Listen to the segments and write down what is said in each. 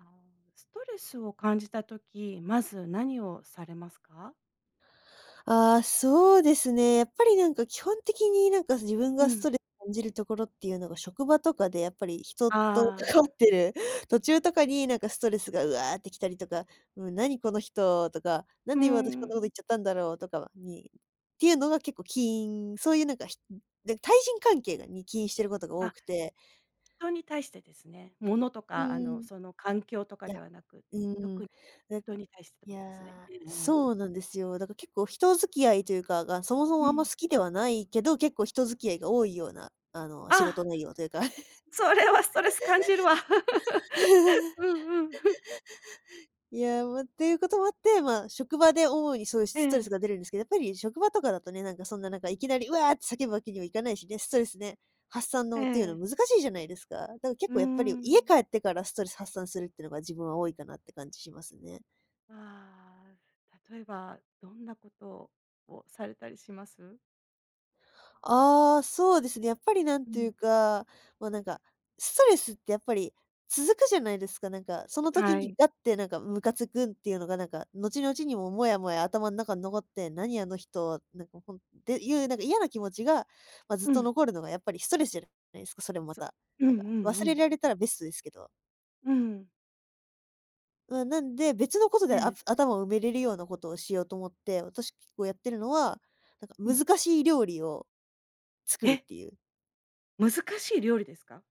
あの、ストレスを感じた時、まず何をされますか？ああ、そうですね。やっぱり基本的に自分うがスん。トレス感じるところっていうのが職場とかでやっぱり人とあ関わっあ、てる 途中とかにストレスがうわーってきたりとか、うん、何この人とか、なんうーで今私こんなこん。と言っちゃったんだろうとかに、っていうのが結構起因、そういうなんかひ、で対人関係がに起因してることが多あ、くて、人に対してですね。物とうか、ん、その環境といかや、ではなく、う特ん、にだ人に対してっていことですね。や、えええそうえ。なんですよ。だから結構人付き合いというかが、そもそうもあんまん。好きではないけど、結構人付き合いが多いような、仕事あ内容というか。それはストレス感じるわ。うんうん。いや、まあ、っていうこともあって、まあ、職場で主にそういうえストレスえ、が出るんですけど、やっぱり職場とかだとね、なんかそんななんかいきなり、うわーって叫ぶわけにはいかないしね、ストレスね、発散えのっていうのえ。難しいじゃないですか。だから結うー構やっぱり家ん。帰ってからストレス発散するっていうのが自分は多いかなって感じしますね。ああ、例えばどんなことをされたりします？ああ、そうですね。やっぱりなんうていん。うか、ま、なんか、ストレスってやっぱり続くじゃないですか。その時はにい。ガッてムカつくんっていうのが後々にももやもや頭の中に残って、「何あの人」なんかほんっていう嫌な気持ちが、まあ、ずっうとん。残るのがやっぱりストレスじゃないですか、それもまそた。うなんんうかんう忘れん。られたらベストですけど。うん。まあなんで、別のことえでえ。頭を埋めれるようなことをしようと思って、私結構やってるのは、なんかうん。難しい料理を作るっえ、ていう、難しい料理ですか？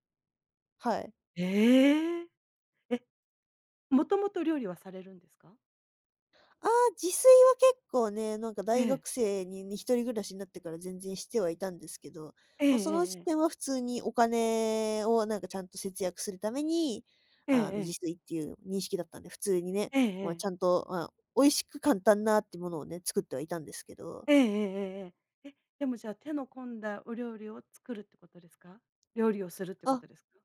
はい。ええ。え、もともと料理はされるんですか？ああ、自炊は結構ね、なんかえ大え。学生にに、一人暮らしになってから全然してはいたんですけど、ええまえあ、えその時え点え。は普通にお金をちゃんと節約するために、ええあの、自ええ。炊っていう認識だったんで、普通にね、えまあ、え。ちゃんと、まあ、美味しく簡単なってものをね、作ってはいたんですけど。ええええええ。え、でもじゃあ手の込んだお料理を作るってことですか？料理をするってこあ、とですか？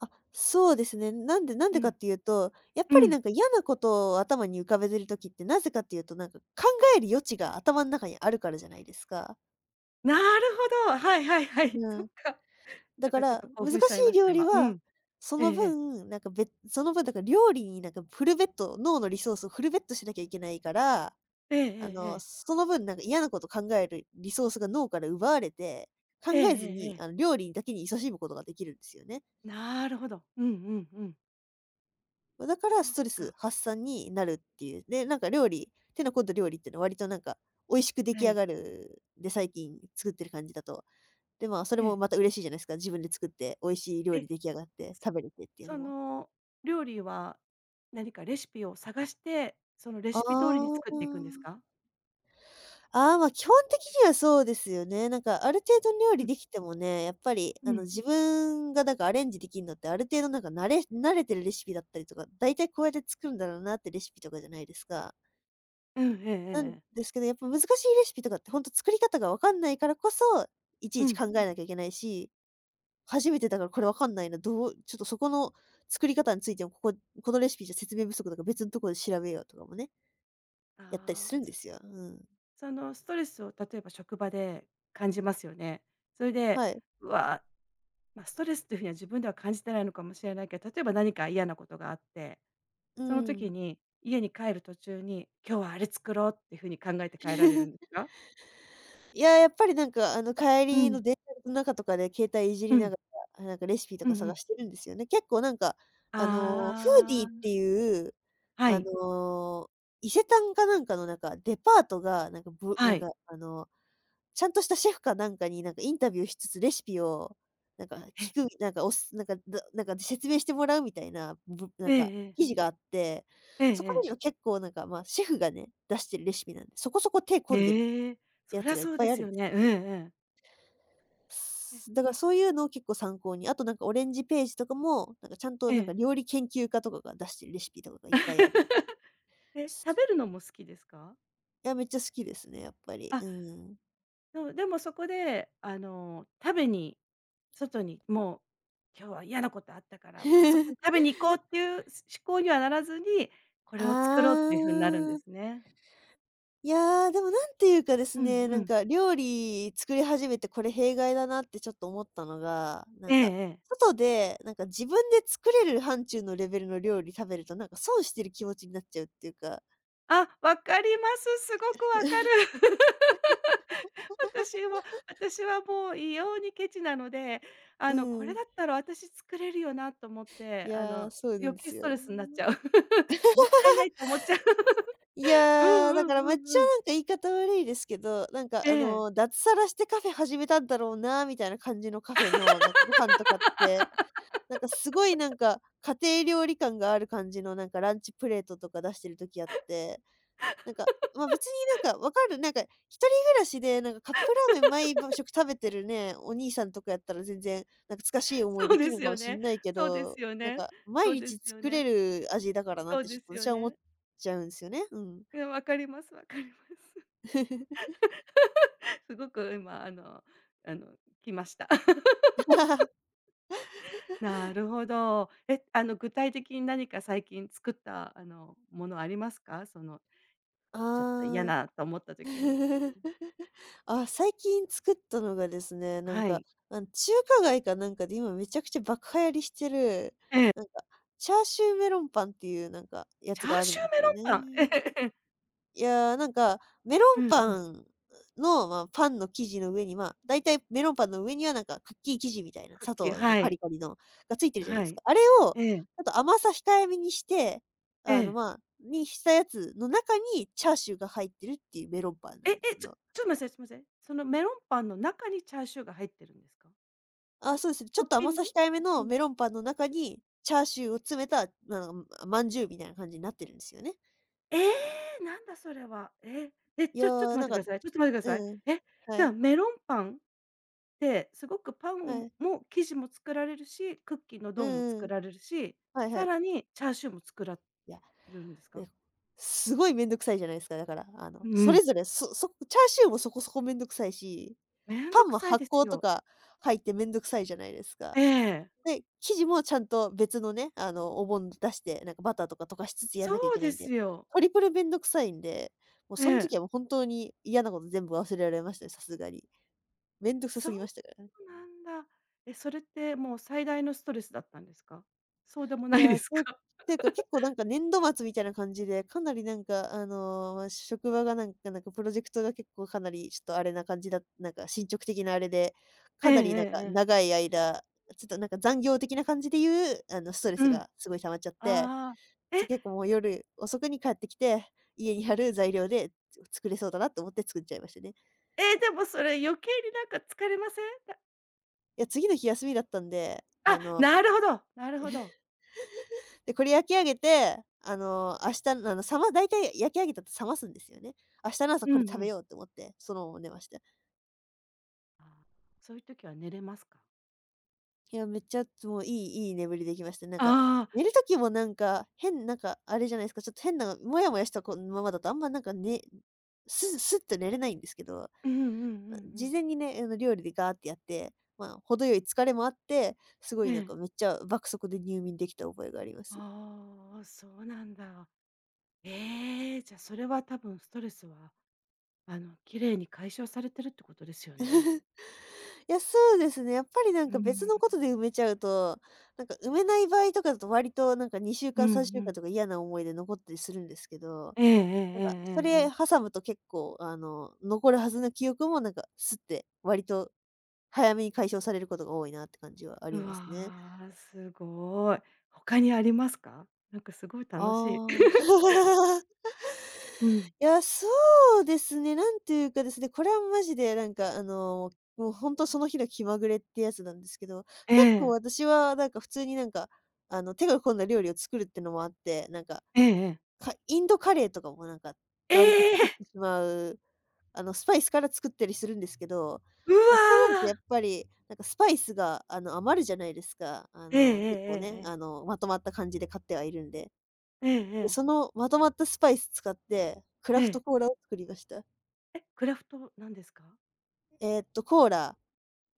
そうですね。なんでなんうでかん。っていうと、やっぱうりん。嫌なことを頭に浮かべてるときって、なぜかっていうと、なんか考える余地が頭の中にあるからじゃないですか。なるほど。はいはいはい。うそっん。か。だなんかかちょっら、と興難し奮しちゃいまいした、料理今。うは、ん。そええのええ。分、なんか別その分だから料理にフルベット、脳のリソースをフルベットしなきゃいけないから、えええあええの、え。その分なんか嫌なこと考えるリソースが脳から奪われて、考ええええずええに、あの、え。料理だけに勤しむことができるんですよね。なるほど。うんうんうん。ま、だからそスっトレスか。発散になるっていう。で、なんか料理、手の込んだ料理っていうのは割となんか美味しく出は来上い。がる、で、最近作ってる感じだと。で、まあ、それえもえ。また嬉しいじゃないですか。自分で作って美味しい料え、理出来上がってす食べれてっていうそのも。の料理は、何かレシピを探して、そのレあシピ通りに作っていくんですあ。か？ああ、ま、基本的にはそうですよね。なんかある程度料理うん、できてもね、やっぱりあうの、ん。自分がなんかアレンジできんのって、ある程度なんか慣れてるレシピだったりとか、だいたいこうやって作るんだろうなってレシピとかじゃないですか。うん、ええなんええですけど、やっぱ難しいレシピとかってほんと作り方がわかんないからこそ、いちういちん。考えなきゃいけないし、初めてだからこれわかんないな、どうちょっとそこの作り方についても、このレシピじゃ説明不足だから別んとこで調べようとかもね、やったりあするあ、んですすよ。うん。そのストレスを例えば職場で感じますよね。それで、はい。うわ、ま、ストレスっていうふうには自分では感じてないのかもしれないけど、例えば何か嫌なことがあって、うその時ん。に家に帰る途中に、今日はあれ作ろうっていうふうに考えて帰られるんです か？いや、やっぱりなんか、あの、帰うりん、の電車の中とかで携帯いじりうなん、がら、なんかレシピとうんかう探ん。してるんですよね。結構なんか、あの、フーディーってあいう、あ、はあい。の、伊勢丹かなんかのデパートが、なんか、ぶなはんい。か、あの、ちゃんとしたシェフかなんかに、なんかインタビューしつつレシピを、なんかえ、聞く、なんか、おすなんか、だなんか説明してもらうみたいな、ぶなえんえか、ええ。記事があって、ええそこええ。には結構なんか、まあ、シェフがね、出してるレシピなんで、そこそこ手込んでるええ、そやりつゃがいっそうぱでいあするんよですね。ようんね。うん。え、だからそういうのを結構参考に、あとなんかオレンジページとかも、なんかちゃんとえなんかえ。料理研究家とかが出してるレシピとかがいっぱいあるんで。え、す食べるのも好きですか？いや、めっちゃ好きですね、やっぱり。うあ、ん。でもでもそこで、食べに外にもう、今日は嫌なことあったから、ま、ああそこに食べ に行こうっていう思考にはならずに、これを作ろうっあていう風になるんであ、すね。いや、でもなんていうかですうんね、うなんん。か料理作り始めてこれ弊害だなってちょっと思ったのが、なんええか、ええ。外でなんか自分で作れる範疇のレベルの料理食べるとなんか損してる気持ちになっちゃうっていうか、あ、わかります。すごくわかる。私も私はもう異様にケチなので、うこれん。だったら私作れるよなと思っいて、やー、そうなん余で計すストよ。レスになっちゃう。もったいないと思っちゃう。い うやんー、うだかんらめっうちゃんうん。なんか言い方悪いですけど、ええ。脱サラしてカフェ始めたんだろうなーみたいな感じのカフェの、なんかご飯とかって、なんかすごいなんか、家庭料理感がある感じのなんかランチプレートとか出してる時あってなんか、ま、別になんか分かる、なんか一人暮らしで、なんかカップラーメン毎晩食べてるね、お兄さんとかやったら全然、なんかしい思いそでうきでるのすかもよしんね。ないけそうでど、すよなんね。か毎そうで日すよ作れね。る味だからなっそうてちでょすっと私よは思っね。ちゃうんですよね。うん。いや、わかりますわかります。すごく今、あの、来ました。なるほど。え、具体的に何か最近作った、ものありますか？そのちょっと嫌ああ。なと思った時に あ、最近作ったのがですね、なんはか、い。あの、中華街かなんかで今めちゃくちゃ爆流行りしてる、えなんえ。か、チャーシューメロンパンっていうなんかやチつャがーあるシんュでーすメよロンね。パン。ええええ。いやー、なんか、メロうンんパうん。ンの、まあ、パンの生地の上に、まあ、だいたいメロンパンの上にはなんかクッキー生地みたいな、クッ砂キー、糖のはカリい。カリのがついてるじゃないはですか。い。あれを、ええ、ちょっと甘さ控えめにして、えあの、え。まあ、にしたやつの中にチャーシューが入ってるっていうメロンパンなえんでえ、すちょよ。ちょっと待って、すいません。そのメロンパンの中にチャーシューが入ってるんですか？あ、え、そうですね。ちょトっッとピ甘ンさグ？控えめトッピのング。メロンパンの中に、チャーシューを詰めた、まあ、饅頭みたいな感じになってるんですよね。ええ、なんだそれは。え、え、いちやょちょっとー、待っなんてくかださい。ちょっと待ってください。うん。え、はじゃい、あメロンパンってすごくパはンをい。も生地も作られるし、クッキーのうドーもんう作ん。られるし、はいはさい。らにチャーシューも作らいやるんですか？ですごいめんどくさいじゃないですか、だから、あの、うんそうれん。ぞれ、チャーシューもそこそこめんどくさいし、めんパどンくもさい発です酵とよ。か入ってめんどくさいじゃないですか。ええ。で、生地もちゃんと別のね、あの、お盆出して、なんかバターとか溶かしつつやんなきゃいそうけないでんすで、よ。トリプルめんどくさいんで、もうえその時え。はもう本当に嫌なこと全部忘れられましたね、さすがに。めんどくさそすうぎましたから。なんだ。え、それってもう最大のストレスだったんですか？そうでもいないでや、てすか？ていうか、結構なんか年度末みたいな感じで、かなりなんか、ま、職場がなんかプロジェクトが結構かなりちょっとあれな感じだなんか進捗的なあれで、えかえなえりなんええかえ。長い間、ちょっとなんか残業的な感じでいう、ストレスうん。がすごい溜まっちゃって、ああ。え、結構もう夜遅くに帰ってきて、家にある材料で作れそうだなと思って作っちゃいましたね。え、でもそれ余計になんか疲れません？いや、次の日休みだったんで、あ、なるほど、なるほど。で、これ焼き上げて、明日の、大体焼き上げたって冷ますんですよね。明日の朝うこんうれ食べん。ようと思って、そのまま寝ました。あーそういう時は寝れますか？いや、めっちゃ、もういい眠りできました。ああ、寝る時もなんか、なんか、あれじゃないですか、ちょっと変なモヤモヤしたこままだとあんまなんかね、すすっと寝れないんですけど、うんうんうんう事ん。前にね、料理でガーってやって、まあ、程よい疲れもあって、すごえいなんえ。かめっちゃ爆速で入眠できた覚えがあります。ああ、そうなんだ。ええ、じゃ、それは多分ストレスは綺麗に解消されてるってことですよね。いや、そうですね。やっぱりなんうか別ん、のことで埋めちゃうと、なんか埋めない場合とかだと割となんか2週う間、んう3週間とかん。嫌な思い出残ったりするんですけど、ええええなんええかそえええれえ。挟むと結構残るはずの記憶もなんかスって割と早めに解消されることが多いなって感じはありうますね。わ、すごい。他にありますか？なんかすごい楽しい。あ あ。うん。いや、そうですね、なんというかですね、これはマジでなんかもう本当その日の気まぐれってやつなんですけど、え結構え。私はなんか普通になんか、手が込んだ料理を作るってのもあって、なんか、ええええ。インドカレーとかもなんか、え割とえ！作ってしまう、スパイスから作ったりするんですけど、うまあ、そうなるとわ。やっぱり、なんかスパイスが余るじゃないですか。あええええの、え結え構ね、ええ。まとまった感じで買ってはいるんで。ええええ。そのまとまったスパイス使って、クラえフトえ。コーラを作りました。え、クラフトなんですか？えっと、コーラ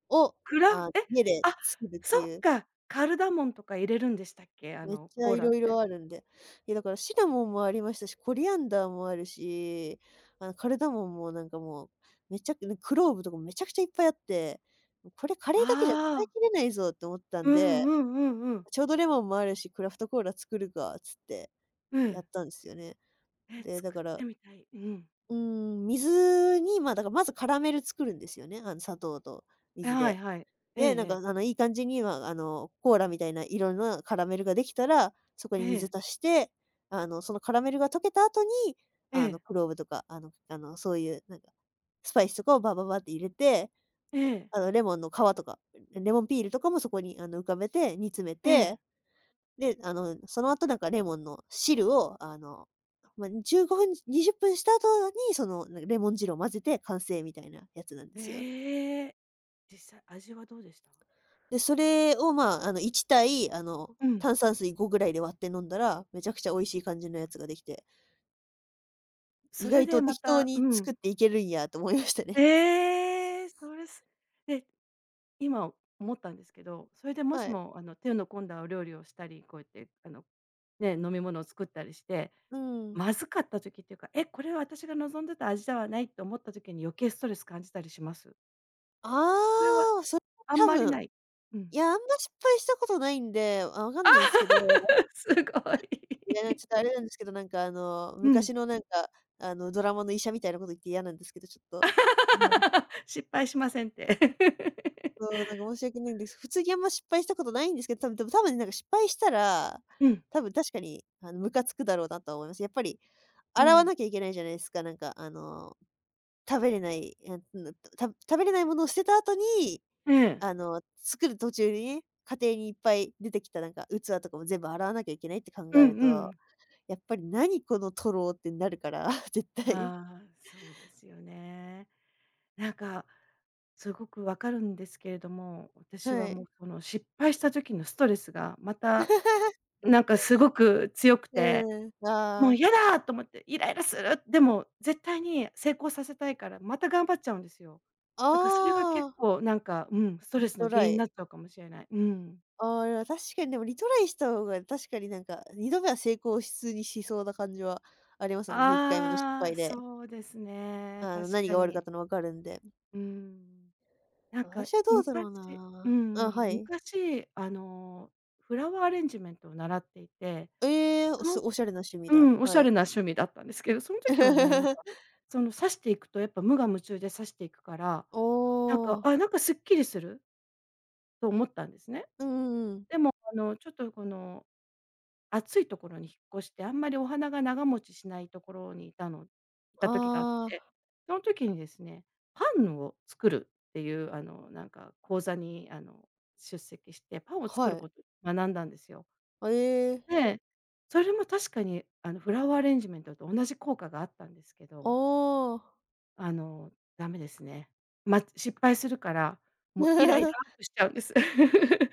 を、クラフあ、え、家であ、作るってそっいう、か、カルダモンとか入れるんでしたっけ？めっちゃコーラ色って。々あるんで。いやだからシナモンもありましたし、コリアンダーもあるし、カルダモンもなんかもう、めちゃくねクローブとかめちゃくちゃいっぱいあって、これカレーだけじゃ使いああ、切れないぞって思ったんうんうで、んうんうん。ちょうどレモンもあるし、クラフトコーラ作るかっつってうやん。ったんですよね。え、で、だ作っからてみたい。うん。うーん、水に、まあ、だからまずカラメル作るんですよね、砂糖とえ、水はいで。はい。ええで、なんえか、え。いい感じには、コーラみたいな色のカラメルができたら、そこえに水え。足して、そのカラメルが溶けた後に、ええ。クローブとか、そういうなんか、スパイスとかをバババって入れて、ええ。レモンの皮とか、レモンピールとかもそこに、浮かべて煮詰めえてえ。で、その後なんかレモンの汁を、まあ、15分、20分した後に、その、なんかレモン汁を混ぜて完成みたいなやつなんですよ。え実際味はどうでした？で、それを、まあ、1対、うん。炭酸水5ぐらいで割って飲んだら、めちゃくちゃ美味しい感じのやつができて、意それ外でとま適当たうに作ん。っていけるんやと思いましたね。ええ、それすで今思ったんですけど、それでもはしい。もあの手の込んだお料理をしたり、こうやってね、飲み物を作ったりして、うん。まずかった時っていうか、え、これは私が望んでた味ではないと思った時に余計ストレス感じたりします？それはああ、それあん多まり分、ない？ういん。や、あんま失敗したことないんで、あ、わかんないんですけど、 すごい。いや、ちょっとあれなんですけど、なんかあの、うん。昔のなんか、ドラマの医者みたいなこと言って嫌なんですけど、ちょっと、ね、 失敗しませんって。そう、なんか申し訳ないんです。普通にあんま失敗したことないんですけど、多分でも多分ねなんか失敗したら、うん、多分確かに、ムカつくだろうなとは思います。やっぱり、う洗わん。なきゃいけないじゃないですか。なんかあの、食べれない、え、食べれないものを捨てた後に、ええ。作る途中にね、家庭にいっぱい出てきたなんか器とかも全部洗わなきゃいけないって考うんえるうとん。やっぱり「何このトロ」ってなるから、絶対。ああ、そうですよね。なんか、すごくわかるんですけれども、私ははもい。うその失敗した時のストレスがまた なんかすごく強くてうん。もあう嫌あ。だと思ってイライラする。でも絶対に成功させたいから、また頑張っちゃうんですよ。だからそれが結ああ、構なんか、うん、ストレリストの原ラ因にイ。なっちゃうかもしれない。うん。ああ、確かにでもリトライした方が確かになんか、2度目は成功し通にしそうな感じはありますよね、1回目の失ああ、敗で。そうですね、確何かが悪かっに。たの分かるんで。うん。私はどうだろうな。あ、はい。昔フラワーアレンジメントを習っていて、ええー、そのおしゃれな趣味うだ。ん、おしはゃい。れな趣味だったんですけど、その時はね、なんか その刺していくとやっぱ無我夢中で刺していくから、おなんか、あ、ーなんかすっきりする。と思ったんですね。うんうんうん。でも、ちょっとこの、暑いところに引っ越して、あんまりお花が長持ちしないところにいた時があっあて、その時にですね、パンを作るっていう、なんか講座に、出席して、パンをー作るはい。ことを学んだんですよ。ええーで、それも確かに、フラワーアレンジメントと同じ効果があったんですけど、おー ダメですね。ま、失敗するから、もうイライラ っとしちゃうんです。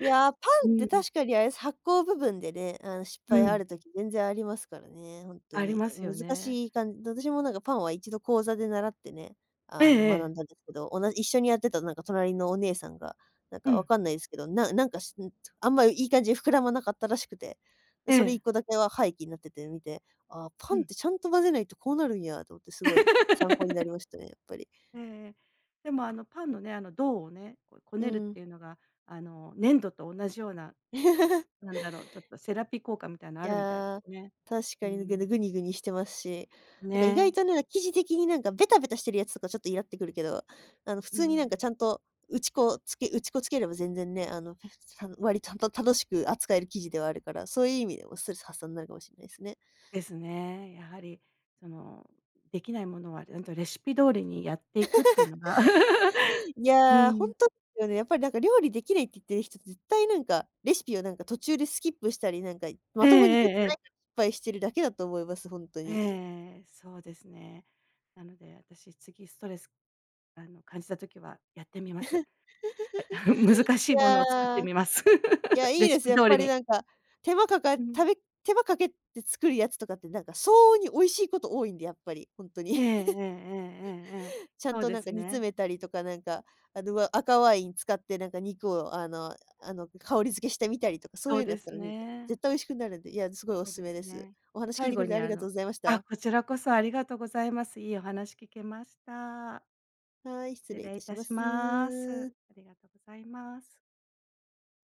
い やー、パうンってん、確かにあれです、発酵部分でね、失う敗あん。る時全然ありますからね、本当ありに。ますよ難ね。しい感じ私もなんかパンは一度講座で習ってね、ええ学ええ。んだんですけど、一緒にやってたなんか隣のお姉さんが、なんうかわん。かんないですけど、ななんかしあんまりいい感じに膨らまなかったらしくて、えそれ一え。個だけは廃棄になってて見て、ああ、パうンっん。てちゃんと混ぜないとこうなるんやと思ってすごい参考になりましたね、やっぱり。ええええ。でもあのパンのね、あの銅をね、こうこうねるっん。ていうのが、あの粘土と同じような、なんだろう、ちょっとセラピー効果みたいないあやるみたいでー、すね。確うかーに、ぐん。ぬぐにぐにしてますし、なね。んか意外とね、生地的になんかベタベタしてるやつとかちょっとイラってくるけど、あの普う通になんかん。ちゃんと打ち粉つければ全然ね、あの割と楽しく扱える生地ではあるから、そういう意味でもストレス発散になるかもしれないですね。ですね。やはりその、できないものは、うんとレシピ通りにやっていくっていうのが。いうや、ー本ん。当ですよね。やっぱりなんか料理できないって言ってる人、絶対なんか、レシピをなんか途中でスキップしたり、なんかえまえともに撮っえてええないえ。から失敗してるだけだと思います、本当に。ええ、そうですね。なので、私、次ストレス、感じた時はやってみます。難しいいものを作ってやーみます。いや、いレいシです。ピやっ通ぱりりに。なんか、手間かかうん。食べ手間かけて作るやつとかってなんか相応に美味しいこと多いんで、やっぱり、本当に。ええええええええええ。ちゃんそうとでなんかす煮詰ね。めたりとか、なんか、赤ワイン使ってなんか肉をあの、香り付けしてみたりとか、そうそいううのやでったすらね、ね。絶対美味しくなるんで、いや、すごいおそうすすでめすです。ね。お話聞い最てく後れてに、ありがとうございました。こちらこそありがとうございます。いいお話聞けました。はい、失失礼い礼たいしたまします。あす。りがとうございます。